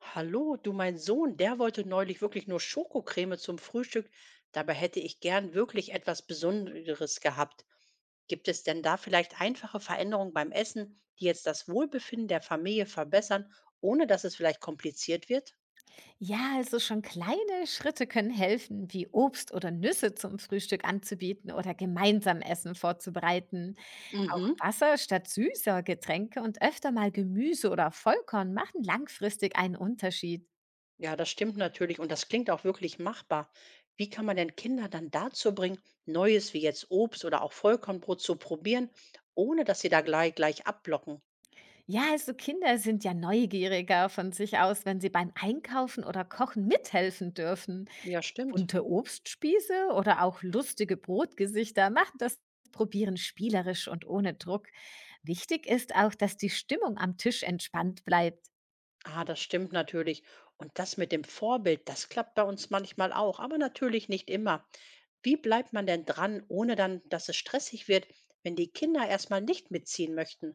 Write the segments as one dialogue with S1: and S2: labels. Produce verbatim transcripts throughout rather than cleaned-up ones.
S1: Hallo, du mein Sohn, der wollte neulich wirklich nur Schokocreme zum Frühstück. Dabei hätte ich gern wirklich etwas Besonderes gehabt. Gibt es denn da vielleicht einfache Veränderungen beim Essen, die jetzt das Wohlbefinden der Familie verbessern, ohne dass es vielleicht kompliziert wird?
S2: Ja, also schon kleine Schritte können helfen, wie Obst oder Nüsse zum Frühstück anzubieten oder gemeinsam Essen vorzubereiten. Auch
S1: Mhm.
S2: Wasser statt süßer Getränke und öfter mal Gemüse oder Vollkorn machen langfristig einen Unterschied.
S1: Ja, das stimmt natürlich und das klingt auch wirklich machbar. Wie kann man denn Kinder dann dazu bringen, Neues wie jetzt Obst oder auch Vollkornbrot zu probieren, ohne dass sie da gleich, gleich abblocken?
S2: Ja, also Kinder sind ja neugieriger von sich aus, wenn sie beim Einkaufen oder Kochen mithelfen dürfen.
S1: Ja, stimmt.
S2: Bunte Obstspieße oder auch lustige Brotgesichter machen das Probieren spielerisch und ohne Druck. Wichtig ist auch, dass die Stimmung am Tisch entspannt bleibt.
S1: Ah, das stimmt natürlich. Und das mit dem Vorbild, das klappt bei uns manchmal auch, aber natürlich nicht immer. Wie bleibt man denn dran, ohne dann, dass es stressig wird, wenn die Kinder erstmal nicht mitziehen möchten?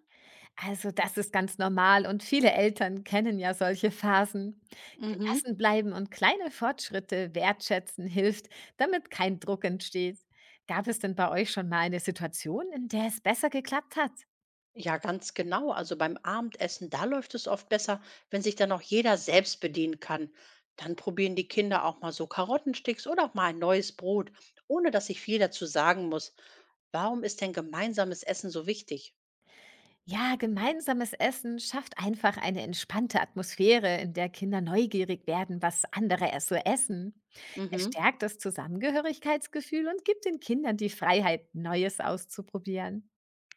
S2: Also das ist ganz normal und viele Eltern kennen ja solche Phasen.
S1: Mhm.
S2: Gelassen bleiben und kleine Fortschritte wertschätzen hilft, damit kein Druck entsteht. Gab es denn bei euch schon mal eine Situation, in der es besser geklappt hat?
S1: Ja, ganz genau. Also beim Abendessen, da läuft es oft besser, wenn sich dann auch jeder selbst bedienen kann. Dann probieren die Kinder auch mal so Karottensticks oder auch mal ein neues Brot, ohne dass ich viel dazu sagen muss. Warum ist denn gemeinsames Essen so wichtig?
S2: Ja, gemeinsames Essen schafft einfach eine entspannte Atmosphäre, in der Kinder neugierig werden, was andere erst so essen. Es
S1: Mhm.
S2: stärkt das Zusammengehörigkeitsgefühl und gibt den Kindern die Freiheit, Neues auszuprobieren.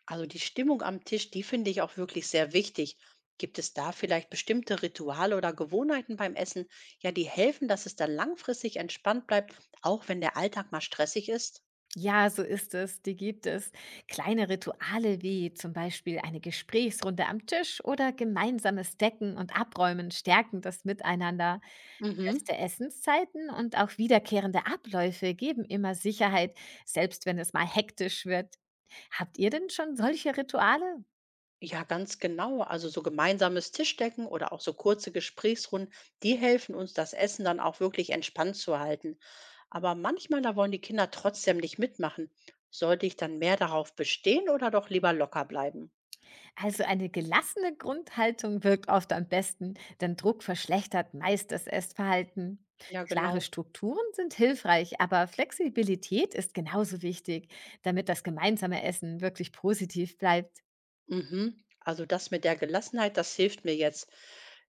S1: Also die Stimmung am Tisch, die finde ich auch wirklich sehr wichtig. Gibt es da vielleicht bestimmte Rituale oder Gewohnheiten beim Essen, ja, die helfen, dass es dann langfristig entspannt bleibt, auch wenn der Alltag mal stressig ist?
S2: Ja, so ist es, die gibt es. Kleine Rituale wie zum Beispiel eine Gesprächsrunde am Tisch oder gemeinsames Decken und Abräumen stärken das Miteinander.
S1: Mhm.
S2: Feste Essenszeiten und auch wiederkehrende Abläufe geben immer Sicherheit, selbst wenn es mal hektisch wird. Habt ihr denn schon solche Rituale?
S1: Ja, ganz genau. Also so gemeinsames Tischdecken oder auch so kurze Gesprächsrunden, die helfen uns, das Essen dann auch wirklich entspannt zu halten. Aber manchmal, da wollen die Kinder trotzdem nicht mitmachen. Sollte ich dann mehr darauf bestehen oder doch lieber locker bleiben?
S2: Also eine gelassene Grundhaltung wirkt oft am besten, denn Druck verschlechtert meist das Essverhalten.
S1: Ja,
S2: Klare
S1: genau.
S2: Strukturen sind hilfreich, aber Flexibilität ist genauso wichtig, damit das gemeinsame Essen wirklich positiv bleibt.
S1: Mhm. Also das mit der Gelassenheit, das hilft mir jetzt.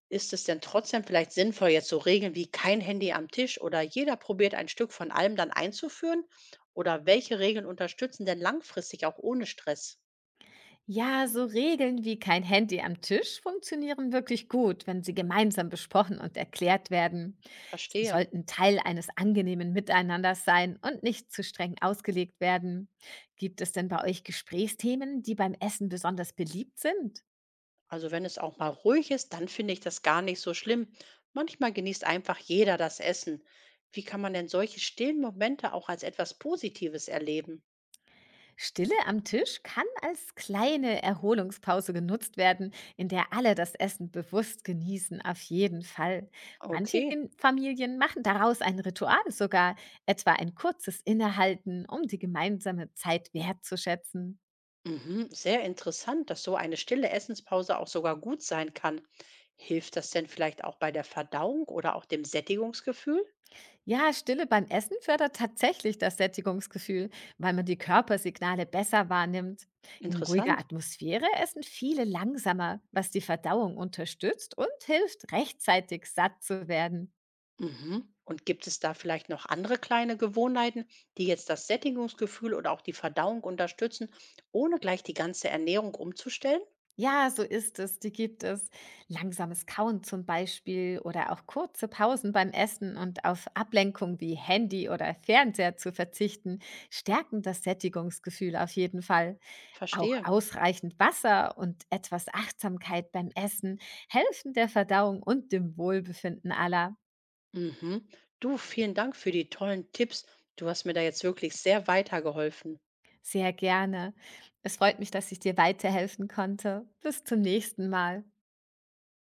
S1: Ist es denn trotzdem vielleicht sinnvoll, jetzt so Regeln wie kein Handy am Tisch oder jeder probiert ein Stück von allem dann einzuführen? Oder welche Regeln unterstützen denn langfristig auch ohne Stress?
S2: Ja, so Regeln wie kein Handy am Tisch funktionieren wirklich gut, wenn sie gemeinsam besprochen und erklärt werden. Sie
S1: Verstehe.
S2: sollten Teil eines angenehmen Miteinanders sein und nicht zu streng ausgelegt werden. Gibt es denn bei euch Gesprächsthemen, die beim Essen besonders beliebt sind?
S1: Also wenn es auch mal ruhig ist, dann finde ich das gar nicht so schlimm. Manchmal genießt einfach jeder das Essen. Wie kann man denn solche stillen Momente auch als etwas Positives erleben?
S2: Stille am Tisch kann als kleine Erholungspause genutzt werden, in der alle das Essen bewusst genießen, auf jeden Fall. Manche
S1: Okay.
S2: Gen- Familien machen daraus ein Ritual sogar, etwa ein kurzes Innehalten, um die gemeinsame Zeit wertzuschätzen.
S1: Mhm, sehr interessant, dass so eine stille Essenspause auch sogar gut sein kann. Hilft das denn vielleicht auch bei der Verdauung oder auch dem Sättigungsgefühl?
S2: Ja, Stille beim Essen fördert tatsächlich das Sättigungsgefühl, weil man die Körpersignale besser wahrnimmt. In ruhiger
S1: Interessant.
S2: Atmosphäre essen viele langsamer, was die Verdauung unterstützt und hilft, rechtzeitig satt zu werden.
S1: Mhm. Und gibt es da vielleicht noch andere kleine Gewohnheiten, die jetzt das Sättigungsgefühl oder auch die Verdauung unterstützen, ohne gleich die ganze Ernährung umzustellen?
S2: Ja, so ist es, die gibt es. Langsames Kauen zum Beispiel oder auch kurze Pausen beim Essen und auf Ablenkung wie Handy oder Fernseher zu verzichten, stärken das Sättigungsgefühl auf jeden Fall. Auch
S1: Verstehe.
S2: ausreichend Wasser und etwas Achtsamkeit beim Essen helfen der Verdauung und dem Wohlbefinden aller.
S1: Mhm. Du, vielen Dank für die tollen Tipps. Du hast mir da jetzt wirklich sehr weitergeholfen.
S2: Sehr gerne. Es freut mich, dass ich dir weiterhelfen konnte. Bis zum nächsten Mal.